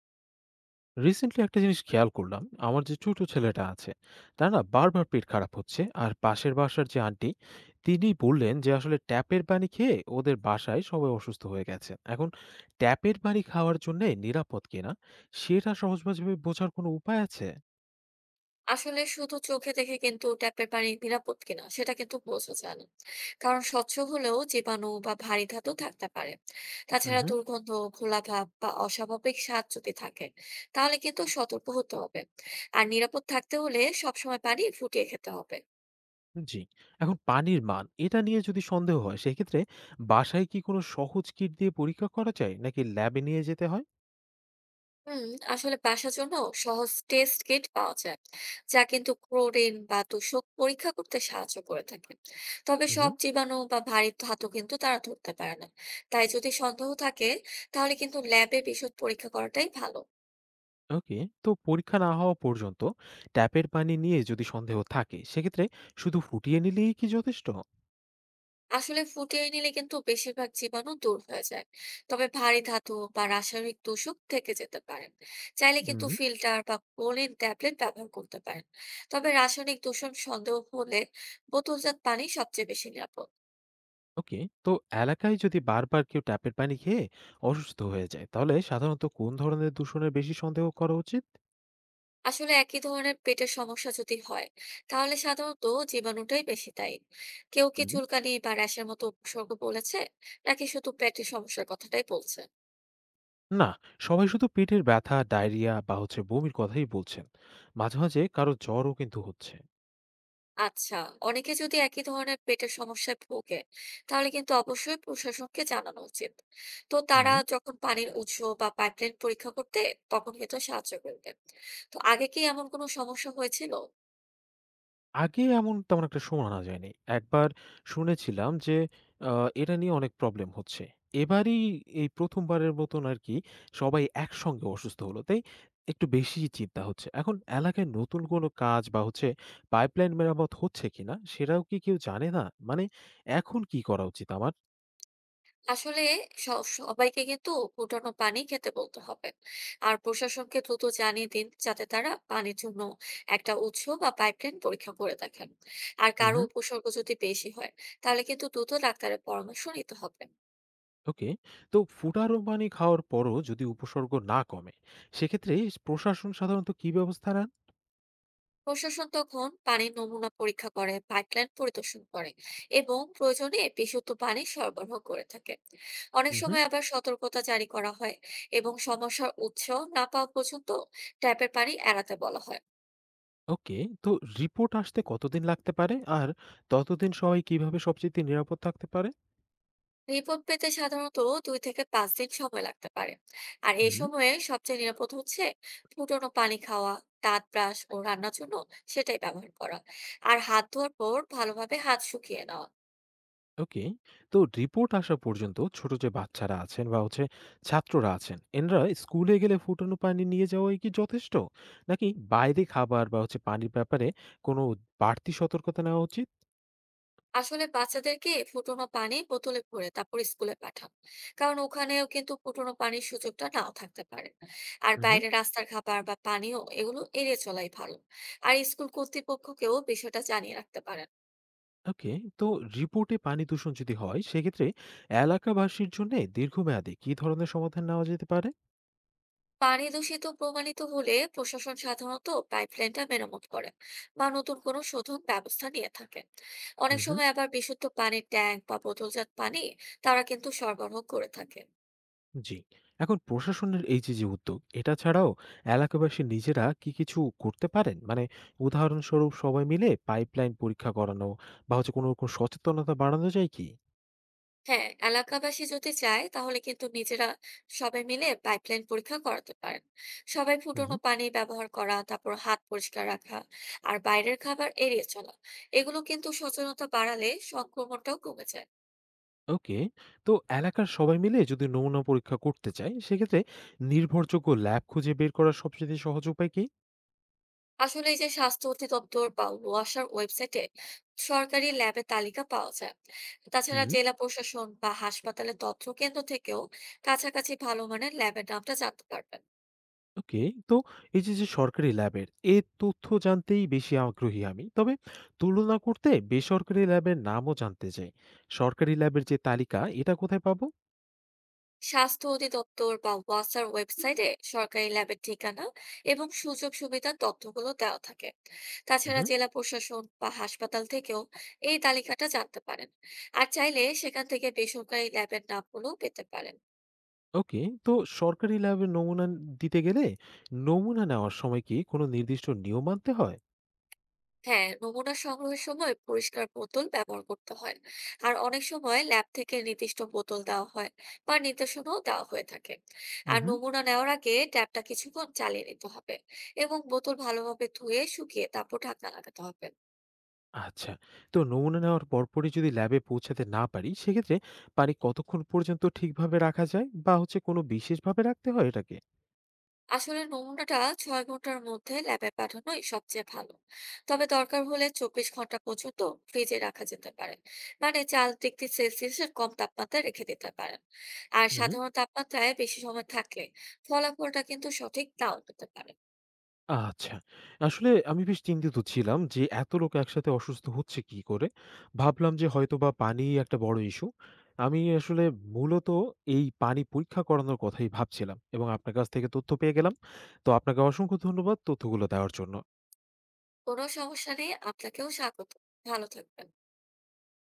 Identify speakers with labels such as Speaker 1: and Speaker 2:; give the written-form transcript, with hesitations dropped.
Speaker 1: Recently একটা জিনিস খেয়াল করলাম, আমার যে ছোট ছেলেটা আছে তার না বারবার পেট খারাপ হচ্ছে। আর পাশের বাসার যে আন্টি তিনি বললেন যে আসলে ট্যাপের পানি খেয়ে ওদের বাসায় সবাই অসুস্থ হয়ে গেছে। এখন ট্যাপের পানি খাওয়ার জন্য নিরাপদ কিনা সেটা সহজভাবে বোঝার কোনো উপায় আছে?
Speaker 2: আসলে শুধু চোখে দেখে কিন্তু ট্যাপের পানি নিরাপদ কিনা সেটা কিন্তু বোঝা যায় না। কারণ স্বচ্ছ হলেও জীবাণু বা ভারী ধাতু থাকতে পারে। তাছাড়া
Speaker 1: হুম।
Speaker 2: দুর্গন্ধ, ঘোলা ভাব বা অস্বাভাবিক স্বাদ যদি থাকে তাহলে কিন্তু সতর্ক হতে হবে। আর নিরাপদ থাকতে হলে সবসময় পানি ফুটিয়ে খেতে হবে।
Speaker 1: জি। এখন পানির মান এটা নিয়ে যদি সন্দেহ হয়, সেক্ষেত্রে বাসায় কি কোনো সহজ কিট দিয়ে পরীক্ষা করা যায় নাকি ল্যাবে নিয়ে যেতে হয়?
Speaker 2: হুম। আসলে বাসার জন্য সহজ টেস্ট কিট পাওয়া যায়, যা কিন্তু ক্লোরিন বা দূষক পরীক্ষা করতে সাহায্য করে থাকে। তবে সব
Speaker 1: হুম।
Speaker 2: জীবাণু বা ভারী ধাতু কিন্তু তারা ধরতে পারে না। তাই যদি সন্দেহ থাকে তাহলে কিন্তু ল্যাবে বিশদ পরীক্ষা করাটাই ভালো।
Speaker 1: ওকে। তো পরীক্ষা না হওয়া পর্যন্ত ট্যাপের পানি নিয়ে যদি সন্দেহ থাকে, সেক্ষেত্রে শুধু ফুটিয়ে নিলেই কি যথেষ্ট?
Speaker 2: আসলে ফুটিয়ে নিলে কিন্তু বেশিরভাগ জীবাণু দূর হয়ে যায়। তবে ভারী ধাতু বা রাসায়নিক দূষক থেকে যেতে পারেন। চাইলে কিন্তু
Speaker 1: হুম।
Speaker 2: ফিল্টার বা ক্লোরিন ট্যাবলেট ব্যবহার করতে পারেন। তবে রাসায়নিক দূষণ সন্দেহ হলে বোতলজাত পানি সবচেয়ে বেশি নিরাপদ।
Speaker 1: ওকে। তো এলাকায় যদি বারবার কেউ ট্যাপের পানি খেয়ে অসুস্থ হয়ে যায় তাহলে সাধারণত কোন ধরনের দূষণের বেশি সন্দেহ করা উচিত?
Speaker 2: আসলে একই ধরনের পেটের সমস্যা যদি হয় তাহলে সাধারণত জীবাণুটাই বেশি দায়ী। কেউ কি
Speaker 1: হুম।
Speaker 2: চুলকানি বা র্যাশের মতো উপসর্গ বলেছে নাকি শুধু পেটের সমস্যার কথাটাই বলছে?
Speaker 1: না, সবাই শুধু পেটের ব্যথা, ডায়রিয়া বা হচ্ছে বমির কথাই বলছেন। মাঝে মাঝে কারো জ্বরও কিন্তু হচ্ছে।
Speaker 2: আচ্ছা। অনেকে যদি একই ধরনের পেটের সমস্যায় ভোগে তাহলে কিন্তু অবশ্যই প্রশাসনকে জানানো উচিত। তো তারা
Speaker 1: হুম।
Speaker 2: যখন পানির উৎস বা পাইপলাইন পরীক্ষা করতে তখন কিন্তু সাহায্য করবে। তো আগে কি এমন কোনো সমস্যা হয়েছিল?
Speaker 1: আগে এমন তেমন একটা শোনা যায়নি। একবার শুনেছিলাম যে আ এটা নিয়ে অনেক প্রবলেম হচ্ছে। এবারই এই ১ম বারের মতন আরকি সবাই একসঙ্গে অসুস্থ হলো। তাই একটু বেশিই চিন্তা হচ্ছে। এখন এলাকায় নতুন কোনো কাজ বা হচ্ছে পাইপলাইন মেরামত হচ্ছে কিনা সেটাও কি কেউ জানে না? মানে এখন কি করা উচিত আমার?
Speaker 2: আসলে সবাইকে কিন্তু ফুটানো পানি খেতে বলতে হবে। আর প্রশাসনকে দ্রুত জানিয়ে দিন, যাতে তারা পানির জন্য একটা উৎস বা পাইপলাইন পরীক্ষা করে দেখেন। আর কারো
Speaker 1: উহু।
Speaker 2: উপসর্গ যদি বেশি হয় তাহলে কিন্তু দ্রুত ডাক্তারের পরামর্শ নিতে হবে।
Speaker 1: ওকে। তো ফুটারো পানি খাওয়ার পরও যদি উপসর্গ না কমে, সেক্ষেত্রে প্রশাসন সাধারণত কি ব্যবস্থা নেন?
Speaker 2: প্রশাসন তখন পানির নমুনা পরীক্ষা করে, পাইপলাইন পরিদর্শন করে এবং প্রয়োজনে বিশুদ্ধ পানি সরবরাহ করে থাকে। অনেক
Speaker 1: উহু।
Speaker 2: সময় আবার সতর্কতা জারি করা হয় এবং সমস্যার উৎস না পাওয়া পর্যন্ত ট্যাপের পানি এড়াতে বলা হয়।
Speaker 1: ওকে। তো রিপোর্ট আসতে কতদিন লাগতে পারে? আর ততদিন সবাই কিভাবে সবচাইতে নিরাপদ থাকতে পারে?
Speaker 2: রিপোর্ট পেতে সাধারণত ২ থেকে ৫ দিন সময় লাগতে পারে। আর এই
Speaker 1: হুম।
Speaker 2: সময়ে সবচেয়ে নিরাপদ হচ্ছে ফুটানো পানি খাওয়া, দাঁত ব্রাশ ও রান্নার জন্য সেটাই ব্যবহার করা, আর হাত ধোয়ার পর ভালোভাবে হাত শুকিয়ে নেওয়া।
Speaker 1: ওকে। তো রিপোর্ট আসা পর্যন্ত ছোট যে বাচ্চারা আছেন বা হচ্ছে ছাত্ররা আছেন, এনরা স্কুলে গেলে ফুটানো পানি নিয়ে যাওয়াই কি যথেষ্ট? নাকি বাইরে খাবার বা হচ্ছে পানির ব্যাপারে কোনো বাড়তি সতর্কতা নেওয়া উচিত?
Speaker 2: আসলে বাচ্চাদেরকে ফুটানো পানি বোতলে ভরে তারপর স্কুলে পাঠান, কারণ ওখানেও কিন্তু ফুটানো পানির সুযোগটা নাও থাকতে পারে। আর
Speaker 1: হুম।
Speaker 2: বাইরে রাস্তার খাবার বা পানীয় এগুলো এড়িয়ে চলাই ভালো। আর স্কুল কর্তৃপক্ষকেও বিষয়টা জানিয়ে রাখতে পারেন।
Speaker 1: ওকে। তো রিপোর্টে পানি দূষণ যদি হয়, সেক্ষেত্রে এলাকাবাসীর জন্যে দীর্ঘমেয়াদে কি ধরনের সমাধান নেওয়া যেতে পারে?
Speaker 2: পানি দূষিত প্রমাণিত হলে প্রশাসন সাধারণত পাইপলাইনটা মেরামত করে বা নতুন কোনো শোধন ব্যবস্থা নিয়ে থাকে। অনেক
Speaker 1: হুম।
Speaker 2: সময় আবার বিশুদ্ধ পানির ট্যাঙ্ক বা বোতলজাত পানি তারা কিন্তু সরবরাহ করে থাকে।
Speaker 1: জি। এখন প্রশাসনের এই যে, যে উদ্যোগ, এটা ছাড়াও এলাকাবাসী নিজেরা কি কিছু করতে পারেন? মানে উদাহরণস্বরূপ সবাই মিলে পাইপলাইন পরীক্ষা করানো বা হচ্ছে কোনো রকম সচেতনতা বাড়ানো যায় কি?
Speaker 2: হ্যাঁ, এলাকাবাসী যদি চায় তাহলে কিন্তু নিজেরা সবাই মিলে পাইপলাইন পরীক্ষা করাতে পারেন। সবাই ফুটানো
Speaker 1: হুম।
Speaker 2: পানি ব্যবহার করা, তারপর হাত পরিষ্কার রাখা আর বাইরের খাবার এড়িয়ে চলা, এগুলো কিন্তু সচেতনতা বাড়ালে সংক্রমণটাও কমে যায়।
Speaker 1: ওকে। তো এলাকার সবাই মিলে যদি নমুনা পরীক্ষা করতে চায়, সেক্ষেত্রে নির্ভরযোগ্য ল্যাব খুঁজে বের করার সবচেয়ে সহজ উপায় কি?
Speaker 2: আসলে এই যে স্বাস্থ্য অধিদপ্তর বা ওয়াসার ওয়েবসাইটে সরকারি ল্যাবের তালিকা পাওয়া যায়। তাছাড়া
Speaker 1: হুম।
Speaker 2: জেলা প্রশাসন বা হাসপাতালের তথ্য কেন্দ্র থেকেও কাছাকাছি ভালো মানের ল্যাবের নামটা জানতে পারবেন।
Speaker 1: ওকে। তো এই যে, যে সরকারি ল্যাবের এর তথ্য জানতেই বেশি আগ্রহী আমি। তবে তুলনা করতে বেসরকারি ল্যাবের নামও জানতে চাই। সরকারি ল্যাবের যে তালিকা এটা কোথায় পাবো?
Speaker 2: স্বাস্থ্য অধিদপ্তর বা ওয়াসার ওয়েবসাইটে সরকারি ল্যাবের ঠিকানা এবং সুযোগ সুবিধার তথ্যগুলো দেওয়া থাকে। তাছাড়া
Speaker 1: হুম।
Speaker 2: জেলা প্রশাসন বা হাসপাতাল থেকেও এই তালিকাটা জানতে পারেন। আর চাইলে সেখান থেকে বেসরকারি ল্যাবের নামগুলো পেতে পারেন।
Speaker 1: ওকে। তো সরকারি ল্যাবের নমুনা দিতে গেলে নমুনা নেওয়ার সময় কি কোনো নির্দিষ্ট নিয়ম মানতে হয়?
Speaker 2: হ্যাঁ, নমুনা সংগ্রহের সময় পরিষ্কার বোতল ব্যবহার করতে হয়। আর অনেক সময় ল্যাব থেকে নির্দিষ্ট বোতল দেওয়া হয় বা নির্দেশনাও দেওয়া হয়ে থাকে। আর
Speaker 1: হুম।
Speaker 2: নমুনা নেওয়ার আগে ট্যাপটা কিছুক্ষণ চালিয়ে নিতে হবে এবং বোতল ভালোভাবে ধুয়ে শুকিয়ে তারপর ঢাকনা লাগাতে হবে।
Speaker 1: আচ্ছা। তো নমুনা নেওয়ার পরপরই যদি ল্যাবে পৌঁছাতে না পারি, সেক্ষেত্রে পানি কতক্ষণ পর্যন্ত ঠিকভাবে রাখা যায় বা হচ্ছে কোনো বিশেষভাবে রাখতে হয় এটাকে?
Speaker 2: আসলের নমুনাটা ৬ ঘন্টার মধ্যে ল্যাবে পাঠানোই সবচেয়ে ভালো। তবে দরকার হলে ২৪ ঘন্টা পর্যন্ত ফ্রিজে রাখা যেতে পারে। মানে ৪ ডিগ্রি সেলসিয়াসের কম তাপমাত্রায় রেখে দিতে পারেন। আর
Speaker 1: হুম।
Speaker 2: সাধারণ তাপমাত্রায় বেশি সময় থাকলে ফলাফলটা কিন্তু সঠিক নাও পেতে পারে।
Speaker 1: আচ্ছা। আসলে আমি বেশ চিন্তিত ছিলাম যে এত লোক একসাথে অসুস্থ হচ্ছে কি করে? ভাবলাম যে হয়তোবা পানিই একটা বড় ইস্যু। আমি আসলে মূলত এই পানি পরীক্ষা করানোর কথাই ভাবছিলাম এবং আপনার কাছ থেকে তথ্য পেয়ে গেলাম। তো আপনাকে অসংখ্য ধন্যবাদ তথ্যগুলো দেওয়ার জন্য।
Speaker 2: কোনো সমস্যা নেই, আপনাকেও স্বাগত। ভালো থাকবেন।